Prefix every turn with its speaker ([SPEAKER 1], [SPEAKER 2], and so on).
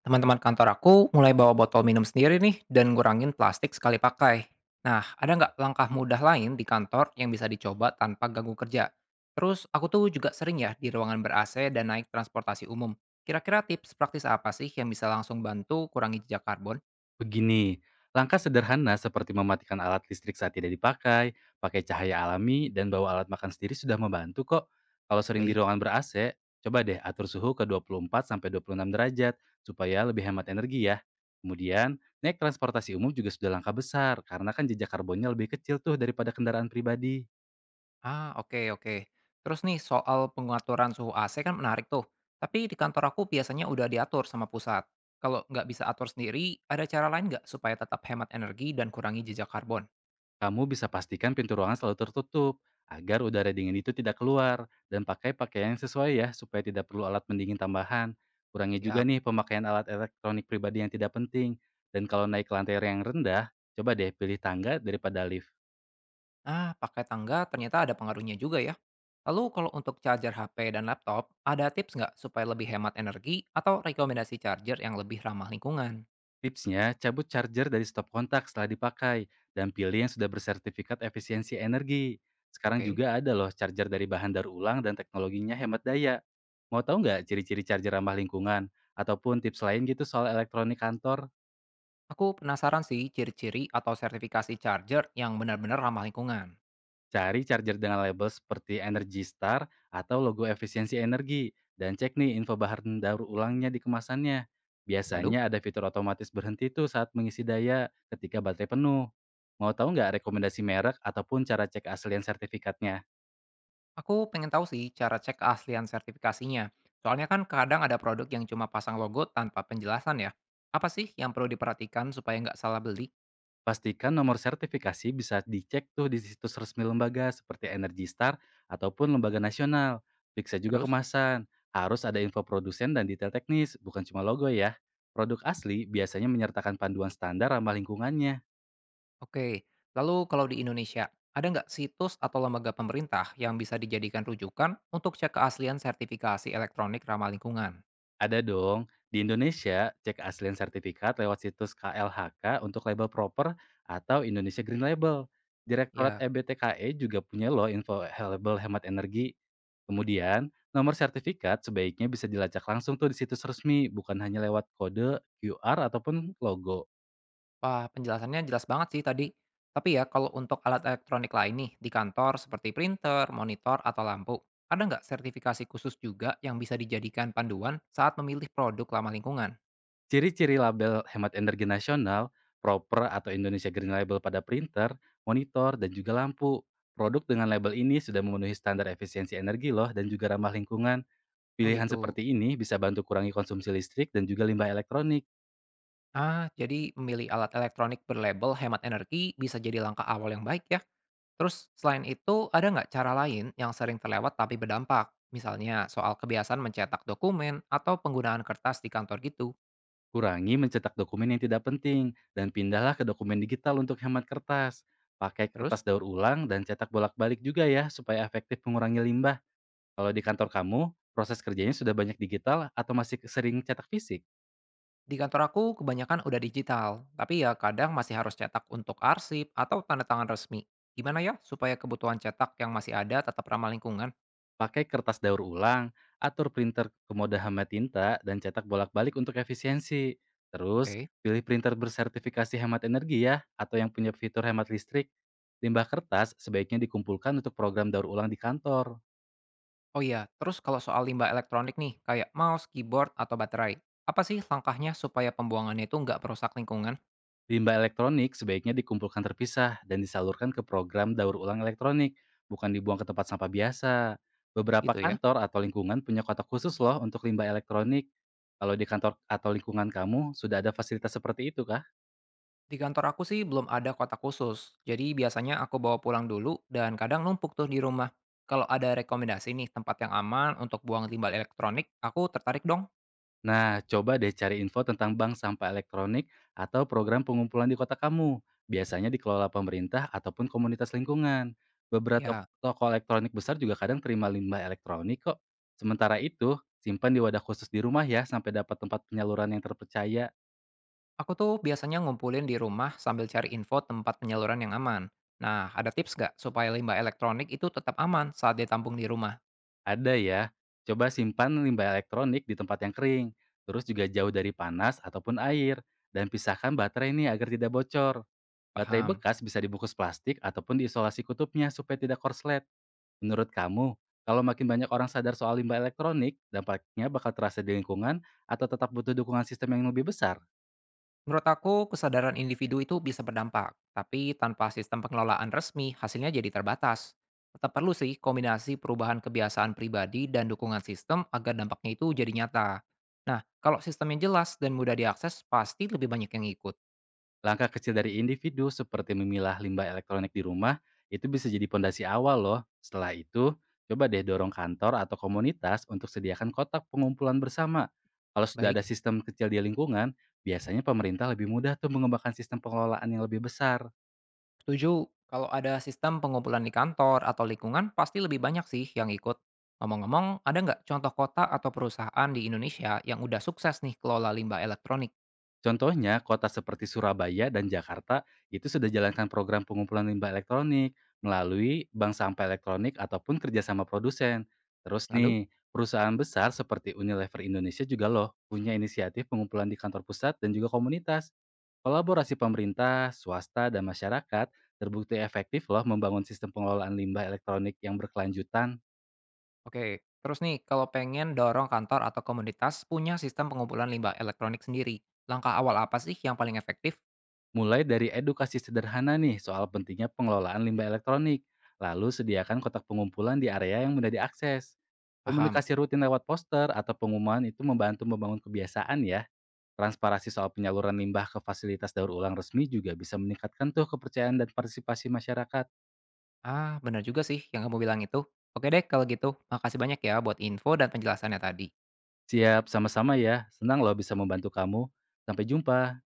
[SPEAKER 1] Teman-teman kantor aku mulai bawa botol minum sendiri nih dan ngurangin plastik sekali pakai. Nah, ada nggak langkah mudah lain di kantor yang bisa dicoba tanpa ganggu kerja? Terus aku tuh juga sering ya di ruangan ber-AC dan naik transportasi umum. Kira-kira tips praktis apa sih yang bisa langsung bantu kurangi jejak karbon?
[SPEAKER 2] Begini, langkah sederhana seperti mematikan alat listrik saat tidak dipakai, pakai cahaya alami, dan bawa alat makan sendiri sudah membantu kok. Kalau sering di
[SPEAKER 1] Baik.
[SPEAKER 2] ruangan ber-AC, coba deh atur suhu ke 24-26 derajat supaya lebih hemat energi ya. Kemudian, naik transportasi umum juga sudah langkah besar karena kan jejak karbonnya lebih kecil tuh daripada kendaraan pribadi.
[SPEAKER 1] Ah, oke oke. Terus nih soal pengaturan suhu AC kan menarik tuh. Tapi di kantor aku biasanya udah diatur sama pusat. Kalau nggak bisa atur sendiri, ada cara lain nggak supaya tetap hemat energi dan kurangi jejak karbon?
[SPEAKER 2] Kamu bisa pastikan pintu ruangan selalu tertutup agar udara dingin itu tidak keluar dan pakai pakaian yang sesuai ya supaya tidak perlu alat pendingin tambahan. Kurangi juga
[SPEAKER 1] Siap.
[SPEAKER 2] nih pemakaian alat elektronik pribadi yang tidak penting. Dan kalau naik ke lantai yang rendah, coba deh pilih tangga daripada lift.
[SPEAKER 1] Ah, pakai tangga ternyata ada pengaruhnya juga ya. Lalu kalau untuk charger HP dan laptop, ada tips nggak supaya lebih hemat energi atau rekomendasi charger yang lebih ramah lingkungan?
[SPEAKER 2] Tipsnya, cabut charger dari stop kontak setelah dipakai dan pilih yang sudah bersertifikat efisiensi energi. Sekarang
[SPEAKER 1] Oke.
[SPEAKER 2] juga ada loh charger dari bahan daur ulang dan teknologinya hemat daya. Mau tahu nggak ciri-ciri charger ramah lingkungan? Ataupun tips lain gitu soal elektronik kantor?
[SPEAKER 1] Aku penasaran sih ciri-ciri atau sertifikasi charger yang benar-benar ramah lingkungan.
[SPEAKER 2] Cari charger dengan label seperti Energy Star atau logo efisiensi energi, dan cek nih info bahan daur ulangnya di kemasannya.
[SPEAKER 1] Lalu,
[SPEAKER 2] Biasanya ada fitur otomatis berhenti tuh saat mengisi daya ketika baterai penuh. Mau tahu nggak rekomendasi merek ataupun cara cek aslian sertifikatnya?
[SPEAKER 1] aku pengen tahu sih cara cek keaslian sertifikasinya. Soalnya kan kadang ada produk yang cuma pasang logo tanpa penjelasan ya. Apa sih yang perlu diperhatikan supaya nggak salah beli?
[SPEAKER 2] Pastikan nomor sertifikasi bisa dicek tuh di situs resmi lembaga seperti Energy Star ataupun lembaga nasional. Periksa juga
[SPEAKER 1] Terus?
[SPEAKER 2] kemasan. Harus ada info produsen dan detail teknis, bukan cuma logo ya. Produk asli biasanya menyertakan panduan standar ramah lingkungannya.
[SPEAKER 1] Oke, lalu kalau di Indonesia, ada nggak situs atau lembaga pemerintah yang bisa dijadikan rujukan untuk cek keaslian sertifikasi elektronik ramah lingkungan?
[SPEAKER 2] Ada dong. Di Indonesia, cek aslian sertifikat lewat situs KLHK untuk label proper atau Indonesia Green Label. Direktorat
[SPEAKER 1] Ya,
[SPEAKER 2] EBTKE juga punya loh info label hemat energi. Kemudian, nomor sertifikat sebaiknya bisa dilacak langsung tuh di situs resmi, bukan hanya lewat kode, QR, ataupun logo.
[SPEAKER 1] wah penjelasannya jelas banget sih tadi. Tapi ya, kalau untuk alat elektronik lain nih di kantor seperti printer, monitor, atau lampu, ada nggak sertifikasi khusus juga yang bisa dijadikan panduan saat memilih produk ramah lingkungan?
[SPEAKER 2] Ciri-ciri label hemat energi nasional, proper atau Indonesia Green Label pada printer, monitor, dan juga lampu. Produk dengan label ini sudah memenuhi standar efisiensi energi loh dan juga ramah lingkungan.
[SPEAKER 1] Oh
[SPEAKER 2] Pilihan
[SPEAKER 1] gitu.
[SPEAKER 2] seperti ini bisa bantu kurangi konsumsi listrik dan juga limbah elektronik.
[SPEAKER 1] Ah, jadi memilih alat elektronik berlabel hemat energi bisa jadi langkah awal yang baik ya. Terus selain itu, ada nggak cara lain yang sering terlewat tapi berdampak? Misalnya soal kebiasaan mencetak dokumen atau penggunaan kertas di kantor gitu.
[SPEAKER 2] Kurangi mencetak dokumen yang tidak penting, dan pindahlah ke dokumen digital untuk hemat kertas. Pakai
[SPEAKER 1] Terus,
[SPEAKER 2] kertas daur ulang dan cetak bolak-balik juga ya, supaya efektif mengurangi limbah. Kalau di kantor kamu, proses kerjanya sudah banyak digital atau masih sering cetak fisik?
[SPEAKER 1] di kantor aku kebanyakan udah digital, tapi ya kadang masih harus cetak untuk arsip atau tanda tangan resmi. Gimana ya supaya kebutuhan cetak yang masih ada tetap ramah lingkungan?
[SPEAKER 2] Pakai kertas daur ulang, atur printer ke mode hemat tinta, dan cetak bolak-balik untuk efisiensi. Terus,
[SPEAKER 1] Oke.
[SPEAKER 2] pilih printer bersertifikasi hemat energi ya, atau yang punya fitur hemat listrik. Limbah kertas sebaiknya dikumpulkan untuk program daur ulang di kantor.
[SPEAKER 1] Oh iya, terus kalau soal limbah elektronik nih, kayak mouse, keyboard, atau baterai, apa sih langkahnya supaya pembuangannya itu nggak merusak lingkungan?
[SPEAKER 2] Limbah elektronik sebaiknya dikumpulkan terpisah dan disalurkan ke program daur ulang elektronik, bukan dibuang ke tempat sampah biasa. Beberapa
[SPEAKER 1] Gitu ya.
[SPEAKER 2] kantor atau lingkungan punya kotak khusus loh untuk limbah elektronik. Kalau di kantor atau lingkungan kamu, sudah ada fasilitas seperti itu kah?
[SPEAKER 1] Di kantor aku sih belum ada kotak khusus, jadi biasanya aku bawa pulang dulu dan kadang numpuk tuh di rumah. Kalau ada rekomendasi nih tempat yang aman untuk buang limbah elektronik, aku tertarik dong.
[SPEAKER 2] Nah, coba deh cari info tentang bank sampah elektronik atau program pengumpulan di kota kamu. Biasanya dikelola pemerintah ataupun komunitas lingkungan. Beberapa
[SPEAKER 1] Ya,
[SPEAKER 2] toko elektronik besar juga kadang terima limbah elektronik kok. Sementara itu, simpan di wadah khusus di rumah ya sampai dapat tempat penyaluran yang terpercaya.
[SPEAKER 1] aku tuh biasanya ngumpulin di rumah sambil cari info tempat penyaluran yang aman. Nah, ada tips nggak supaya limbah elektronik itu tetap aman saat ditampung di rumah?
[SPEAKER 2] Ada ya. Coba simpan limbah elektronik di tempat yang kering. Terus juga jauh dari panas ataupun air. Dan pisahkan baterai ini agar tidak bocor. Baterai
[SPEAKER 1] Paham.
[SPEAKER 2] bekas bisa dibungkus plastik ataupun diisolasi kutubnya supaya tidak korslet. Menurut kamu, kalau makin banyak orang sadar soal limbah elektronik, dampaknya bakal terasa di lingkungan atau tetap butuh dukungan sistem yang lebih besar?
[SPEAKER 1] Menurut aku, kesadaran individu itu bisa berdampak, tapi tanpa sistem pengelolaan resmi, hasilnya jadi terbatas. Tetap perlu sih kombinasi perubahan kebiasaan pribadi dan dukungan sistem agar dampaknya itu jadi nyata. Nah, kalau sistemnya jelas dan mudah diakses, pasti lebih banyak yang ikut.
[SPEAKER 2] Langkah kecil dari individu seperti memilah limbah elektronik di rumah itu bisa jadi pondasi awal loh. Setelah itu, coba deh dorong kantor atau komunitas untuk sediakan kotak pengumpulan bersama. Kalau sudah
[SPEAKER 1] Baik,
[SPEAKER 2] ada sistem kecil di lingkungan, biasanya pemerintah lebih mudah tuh mengembangkan sistem pengelolaan yang lebih besar.
[SPEAKER 1] setuju. Kalau ada sistem pengumpulan di kantor atau lingkungan, pasti lebih banyak sih yang ikut. Ngomong-ngomong, ada nggak contoh kota atau perusahaan di Indonesia yang udah sukses nih kelola limbah elektronik?
[SPEAKER 2] Contohnya, kota seperti Surabaya dan Jakarta itu sudah jalankan program pengumpulan limbah elektronik melalui bank sampah elektronik ataupun kerjasama produsen. Terus
[SPEAKER 1] Lalu?
[SPEAKER 2] nih, perusahaan besar seperti Unilever Indonesia juga loh punya inisiatif pengumpulan di kantor pusat dan juga komunitas. Kolaborasi pemerintah, swasta, dan masyarakat terbukti efektif loh membangun sistem pengelolaan limbah elektronik yang berkelanjutan.
[SPEAKER 1] Oke, terus nih, kalau pengen dorong kantor atau komunitas punya sistem pengumpulan limbah elektronik sendiri, langkah awal apa sih yang paling efektif?
[SPEAKER 2] Mulai dari edukasi sederhana nih soal pentingnya pengelolaan limbah elektronik, lalu sediakan kotak pengumpulan di area yang mudah diakses.
[SPEAKER 1] Paham.
[SPEAKER 2] Komunikasi rutin lewat poster atau pengumuman itu membantu membangun kebiasaan ya. Transparasi soal penyaluran limbah ke fasilitas daur ulang resmi juga bisa meningkatkan tuh kepercayaan dan partisipasi masyarakat.
[SPEAKER 1] Ah, bener juga sih yang kamu bilang itu. Oke deh, kalau gitu, makasih banyak ya buat info dan penjelasannya tadi.
[SPEAKER 2] Siap, sama-sama ya. Senang loh bisa membantu kamu. Sampai jumpa.